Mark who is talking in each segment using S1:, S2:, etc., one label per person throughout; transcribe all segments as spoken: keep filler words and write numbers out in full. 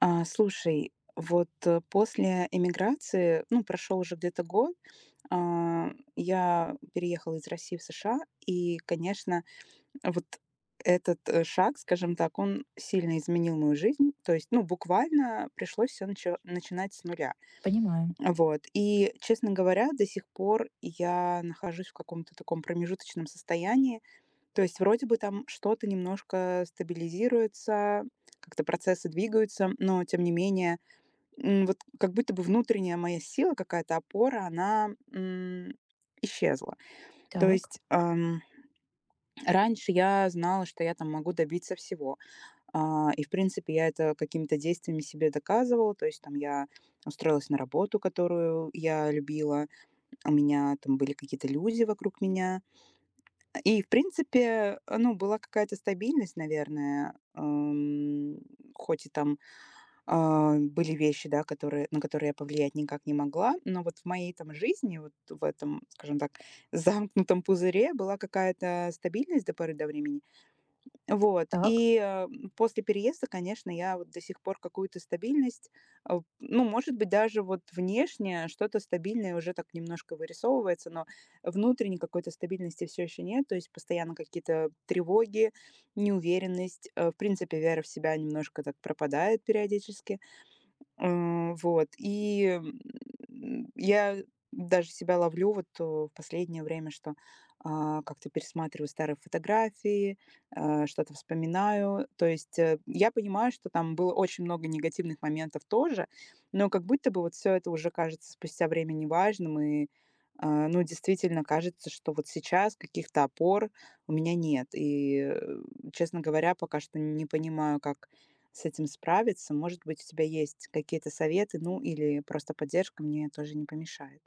S1: А, слушай, вот, э, после эмиграции, ну, прошел уже где-то год, а, я переехала из России в США, и, конечно, вот этот, э, шаг, скажем так, он сильно изменил мою жизнь. То есть, ну, буквально пришлось все начинать с нуля.
S2: Понимаю.
S1: Вот. И, честно говоря, до сих пор я нахожусь в каком-то таком промежуточном состоянии. То есть вроде бы там что-то немножко стабилизируется, как-то процессы двигаются, но тем не менее. М, вот как будто бы внутренняя моя сила, какая-то опора, она, м, исчезла. То
S2: Так,
S1: есть, ам, раньше я знала, что я там могу добиться всего. А, и, в принципе, я это какими-то действиями себе доказывала. То есть там я устроилась на работу, которую я любила. У меня там были какие-то люди вокруг меня. И, в принципе, э, ну, была какая-то стабильность, наверное, эм, хоть и там А, были вещи, да, которые на которые я повлиять никак не могла. Но вот в моей там жизни, вот в этом, скажем так, замкнутом пузыре была какая-то стабильность до поры до времени. Вот.
S2: так.
S1: И, э, после переезда, конечно, я вот до сих пор какую-то стабильность, э, ну, может быть, даже вот внешне что-то стабильное уже так немножко вырисовывается, но внутренней какой-то стабильности все еще нет. То есть постоянно какие-то тревоги, неуверенность, э, в принципе, вера в себя немножко так пропадает периодически. Э, вот. И, м, я даже себя ловлю вот, э, в последнее время, что, а, как-то пересматриваю старые фотографии, э, что-то вспоминаю. То есть, э, я понимаю, что там было очень много негативных моментов тоже, но как будто бы вот все это уже кажется спустя время неважным, и, а, ну, действительно кажется, что вот сейчас каких-то опор у меня нет. И, э, честно говоря, пока что не понимаю, как с этим справиться. Может быть, у тебя есть какие-то советы, ну или просто поддержка мне тоже не помешает.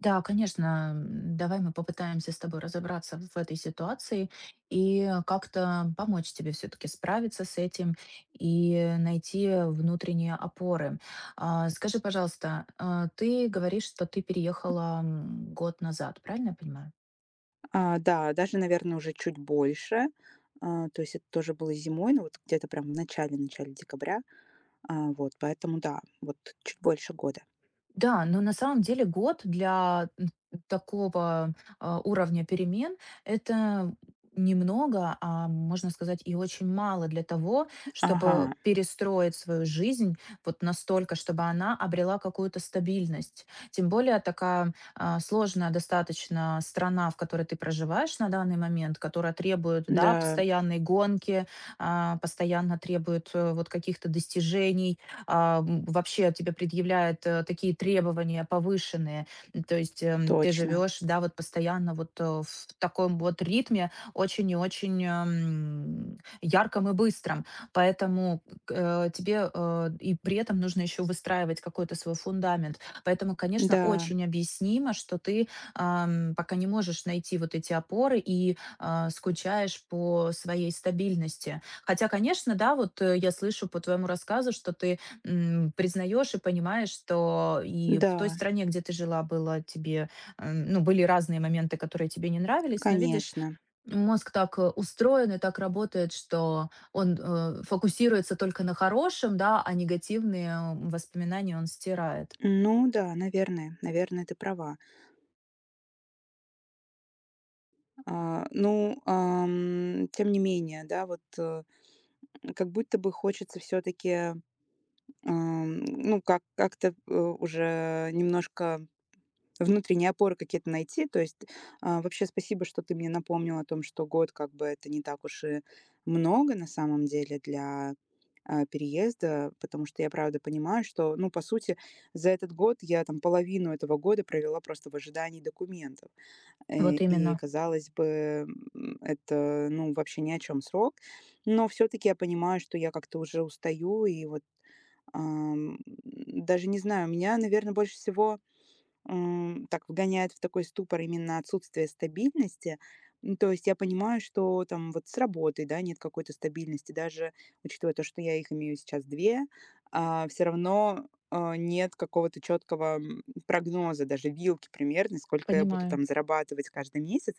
S2: Да, конечно, м, давай мы попытаемся с тобой разобраться в этой ситуации и э, как-то помочь тебе все-таки справиться с этим и найти внутренние опоры. А, Скажи, пожалуйста, а, ты говоришь, что ты переехала м, год назад, правильно я понимаю?
S1: А, да, даже, наверное, уже чуть больше. А, то есть это тоже было зимой, но вот где-то прям в начале-начале декабря. А, вот, поэтому да, вот чуть больше года.
S2: Да, но на самом деле год для м, такого а, уровня перемен это немного, а можно сказать и очень мало для того, чтобы
S1: Ага,
S2: перестроить свою жизнь вот настолько, чтобы она обрела какую-то стабильность. Тем более такая а, сложная достаточно страна, в которой ты проживаешь на данный момент, которая требует, да,
S1: да,
S2: постоянной гонки, а, постоянно требует э, вот каких-то достижений, а, м, вообще тебе предъявляет, э, такие требования повышенные. М, то есть, эм, ты
S1: точно.
S2: живешь, да, вот постоянно вот, э, в таком вот ритме, очень и очень, эм, ярком и быстром. Поэтому к э, тебе, э, и при этом нужно еще выстраивать какой-то свой фундамент. Поэтому, конечно,
S1: Да,
S2: очень объяснимо, что ты, ам, пока не можешь найти вот эти опоры и, а, скучаешь по своей стабильности. Хотя, конечно, да, вот, э, я слышу по твоему рассказу, что ты, м, признаешь и понимаешь, что и в той
S1: да,
S2: стране, где ты жила, было тебе, эм, ну, были разные моменты, которые тебе не нравились, но видишь,
S1: конечно.
S2: мозг так э, устроен и так работает, что он э, фокусируется только на хорошем, да, а негативные воспоминания он стирает.
S1: Ну да, наверное, наверное, ты права. А, ну, ам, тем не менее, да, вот э, как будто бы хочется все-таки. Ам, ну, как как-то, э, уже немножко внутренние опоры какие-то найти. То есть, а, вообще спасибо, что ты мне напомнила о том, что год как бы это не так уж и много на самом деле для, а, переезда, потому что я правда понимаю, что, ну, по сути, за этот год я там половину этого года провела просто в ожидании документов. Э,
S2: Вот
S1: и,
S2: именно.
S1: казалось бы, м, это, ну, вообще ни о чем срок. Но все таки я понимаю, что я как-то уже устаю и вот. Ам, Даже не знаю, меня, наверное, больше всего, м, так вгоняет в такой ступор именно отсутствие стабильности. М, то есть я понимаю, что там вот с работой, да, нет какой-то стабильности. Даже учитывая то, что я их имею сейчас две, все равно, а, нет какого-то четкого прогноза, даже вилки примерно, сколько я буду
S2: Понимаю.
S1: там зарабатывать каждый месяц.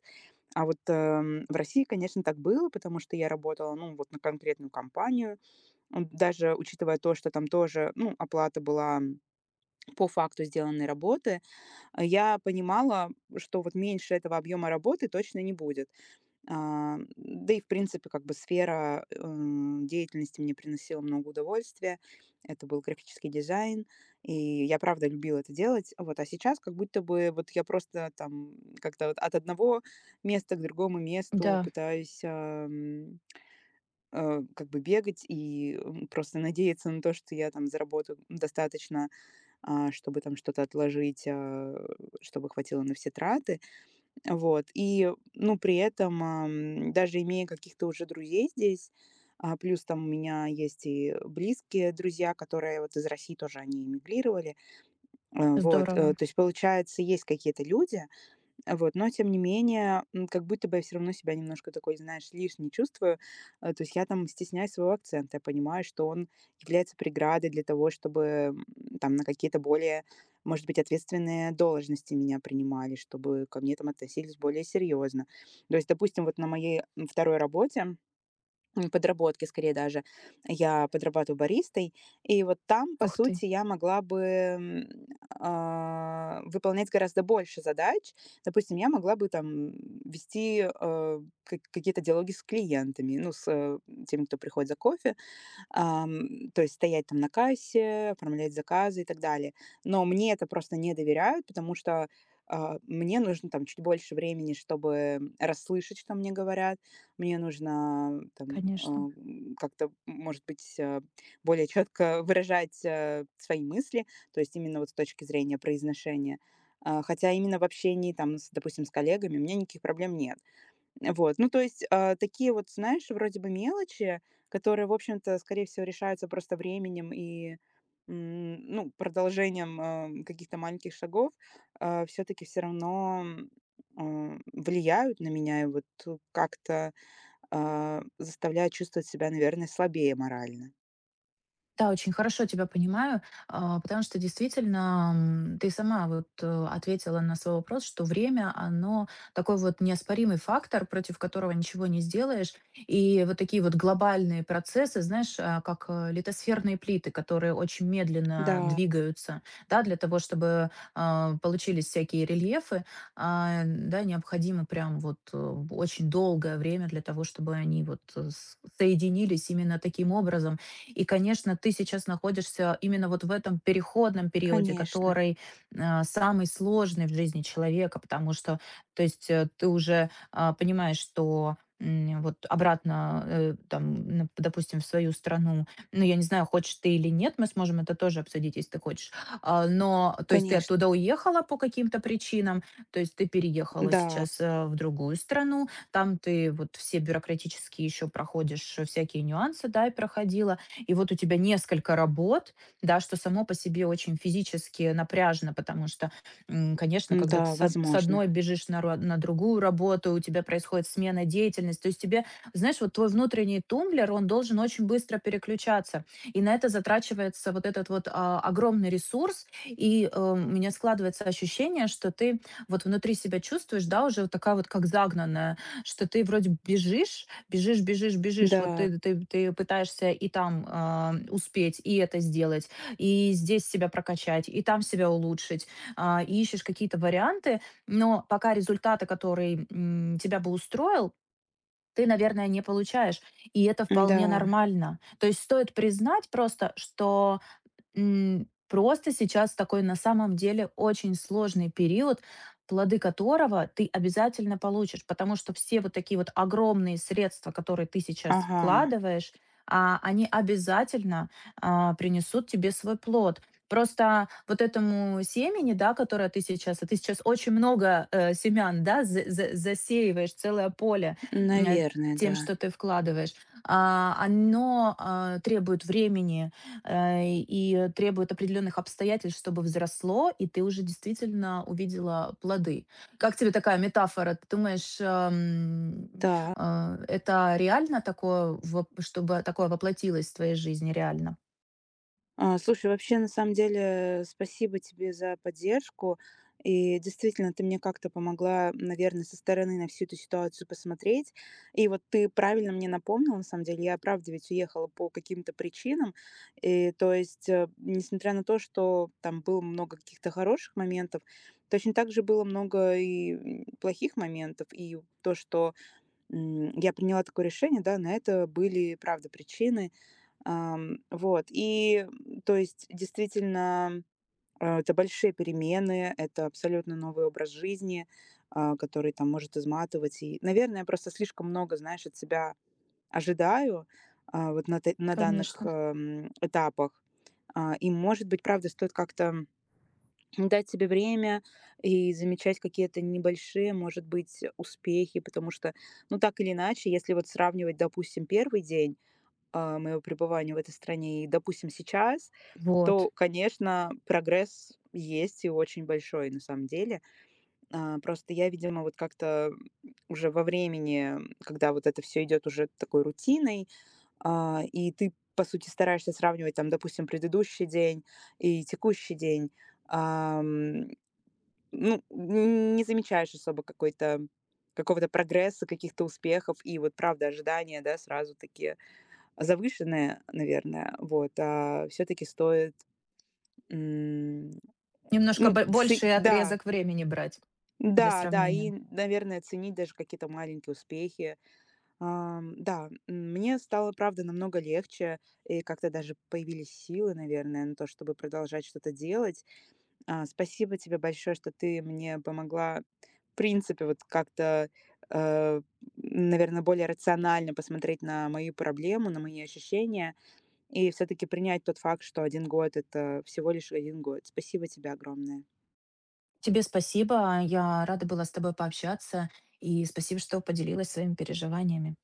S1: А вот, эм, в России, конечно, так было, потому что я работала, ну, вот на конкретную компанию. М, даже учитывая то, что там тоже, ну, оплата была по факту сделанной работы, а, я понимала, что вот меньше этого объема работы точно не будет. А, да и, в принципе, как бы сфера, эм, деятельности мне приносила много удовольствия. Это был графический дизайн, и я правда любила это делать. Вот, а сейчас как будто бы вот я просто там как-то вот от одного места к другому месту
S2: Да,
S1: пытаюсь, э, как бы бегать и, м, просто надеяться на то, что я там заработаю достаточно, а, чтобы там что-то отложить, а, чтобы хватило на все траты. Вот. И, ну, при этом, ам, даже имея каких-то уже друзей здесь, а, плюс там у меня есть и близкие друзья, которые вот из России тоже они эмигрировали. Э, вот, э,
S2: здорово.
S1: то есть, получается, есть какие-то люди, вот, но тем не менее, м, как будто бы я все равно себя немножко такой, знаешь, лишней чувствую. Э, то есть я там стесняюсь своего акцента. Я понимаю, что он является преградой для того, чтобы, м, там на какие-то более, может быть, ответственные должности меня принимали, чтобы ко мне там относились более серьезно. То есть, допустим, вот на моей, м, второй работе. М, подработки скорее даже. Я подрабатываю баристой, и вот там, по
S2: Ух ты,
S1: сути, я могла бы, м, а, выполнять гораздо больше задач. Допустим, я могла бы там вести, э, ка какие-то диалоги с клиентами, ну, с, э, теми, кто приходит за кофе, ам, то есть стоять там на кассе, оформлять заказы и так далее. Но мне это просто не доверяют, потому что а, мне нужно там чуть больше времени, чтобы расслышать, что мне говорят. Мне нужно там а,
S2: конечно.
S1: м, как-то, может быть, э, более четко выражать э, свои мысли, то есть именно вот с точки зрения произношения. А, Хотя именно в общении там, с, допустим, с коллегами у меня никаких проблем нет. Вот, ну, то есть, а, такие вот, знаешь, вроде бы мелочи, которые, в общем-то, скорее всего, решаются просто временем и, м, ну, продолжением, а, каких-то маленьких шагов, все таки все равно, м, а, влияют на меня и вот э, как-то, а, заставляют чувствовать себя, наверное, слабее морально.
S2: Да, очень хорошо тебя понимаю, а, потому что действительно, м, ты сама вот э, ответила на свой вопрос, что время, оно такой вот неоспоримый фактор, против которого ничего не сделаешь. И вот такие вот глобальные процессы, знаешь, а, как э, литосферные плиты, которые очень медленно
S1: Да,
S2: двигаются, да, для того, чтобы а, получились всякие рельефы, а, да, необходимо прям вот э, очень долгое время для того, чтобы они вот э, с- соединились именно таким образом и, конечно, ты сейчас находишься именно вот в этом переходном периоде,
S1: конечно,
S2: который э, самый сложный в жизни человека, потому что, то есть, э, ты уже а, понимаешь, что м, вот обратно, э, там, на- допустим, в свою страну, ну, я не знаю, хочешь ты или нет, мы сможем это тоже обсудить, если ты хочешь. А, но, то есть, ты
S1: конечно.
S2: оттуда уехала по каким-то причинам, то есть, ты переехала
S1: Да,
S2: сейчас э, в другую страну, там ты вот все бюрократические еще проходишь э, всякие нюансы, да, и проходила, и вот у тебя несколько работ, да, что само по себе очень физически напряжно, потому что, м, конечно, когда ты
S1: м-да,
S2: с од- с
S1: возможно.
S2: одной бежишь на, ро- на другую работу, у тебя происходит смена деятельности, то есть тебе, знаешь, вот твой внутренний тумблер, он должен очень быстро переключаться, и на это затрачивается вот этот вот а, огромный ресурс, и э, у меня складывается ощущение, что ты вот внутри себя чувствуешь, да, уже вот такая вот как загнанная, что ты вроде бежишь, бежишь, бежишь, бежишь. Вот
S1: Да,
S2: ты ты ты пытаешься и там, а, успеть, и это сделать, и здесь себя прокачать, и там себя улучшить. А, и ищешь какие-то варианты, но пока результата, который, м, тебя бы устроил, ты, наверное, не получаешь. И это вполне
S1: м-да,
S2: нормально. То есть стоит признать просто, что М, просто сейчас такой на самом деле очень сложный период, плоды которого ты обязательно получишь, потому что все вот такие вот огромные средства, которые ты сейчас
S1: ага,
S2: вкладываешь, а, они обязательно а, принесут тебе свой плод. Просто вот этому семени, да, которое ты сейчас, а ты сейчас очень много э, семян, да, за- за- засеиваешь целое поле м, э,
S1: наверное,
S2: тем,
S1: да.
S2: что ты вкладываешь, а, оно а, требует времени, э, и требует определенных обстоятельств, чтобы взросло, и ты уже действительно увидела плоды. Как тебе такая метафора? Ты думаешь, эм,
S1: Так.
S2: э, это реально такое, воп- чтобы такое воплотилось в твоей жизни реально?
S1: А, слушай, вообще, на самом деле, спасибо тебе за поддержку. И действительно, ты мне как-то помогла, наверное, со стороны на всю эту ситуацию посмотреть. И вот ты правильно мне напомнил на самом деле, я правда ведь уехала по каким-то причинам. И, то есть, э, несмотря на то, что там было много каких-то хороших моментов, точно так же было много и м, плохих моментов. И то, что м, я приняла такое решение, да, на это были, правда, причины. Ам, вот, и, то есть, действительно, а, это большие перемены, это абсолютно новый образ жизни, а, который там может изматывать. И, наверное, я просто слишком много, знаешь, от себя ожидаю, а, вот на, т- на данных
S2: Конечно.
S1: эм, этапах. А, и, может быть, правда, стоит как-то дать себе время и замечать какие-то небольшие, может быть, успехи, потому что, ну, так или иначе, если вот сравнивать, допустим, первый день, а, моего пребывания в этой стране и, допустим, сейчас, то,
S2: Вот.
S1: конечно, прогресс есть и очень большой на самом деле. А, просто я, видимо, вот как-то уже во времени, когда вот это все идет уже такой рутиной, а, и ты, по сути, стараешься сравнивать там, допустим, предыдущий день и текущий день, ам, ну, н- не замечаешь особо какой-то какого-то прогресса, каких-то успехов, и вот, правда, ожидания, да, сразу такие завышенная, наверное, вот, а все таки стоит, м,
S2: Немножко
S1: ну,
S2: бо-
S1: ци
S2: больший
S1: да,
S2: отрезок времени брать для
S1: да-да, и,
S2: сравнения.
S1: наверное, ценить даже какие-то маленькие успехи. Ам, да, м, мне стало, правда, намного легче, и как-то даже появились силы, наверное, на то, чтобы продолжать что-то делать. А, спасибо тебе большое, что ты мне помогла, в принципе, вот как-то, э, наверное, более рационально посмотреть на мою проблему, на мои ощущения. И все-таки принять тот факт, что один год - это всего лишь один год. Спасибо тебе огромное.
S2: Тебе спасибо, я рада была с тобой пообщаться, и спасибо, что поделилась своими переживаниями.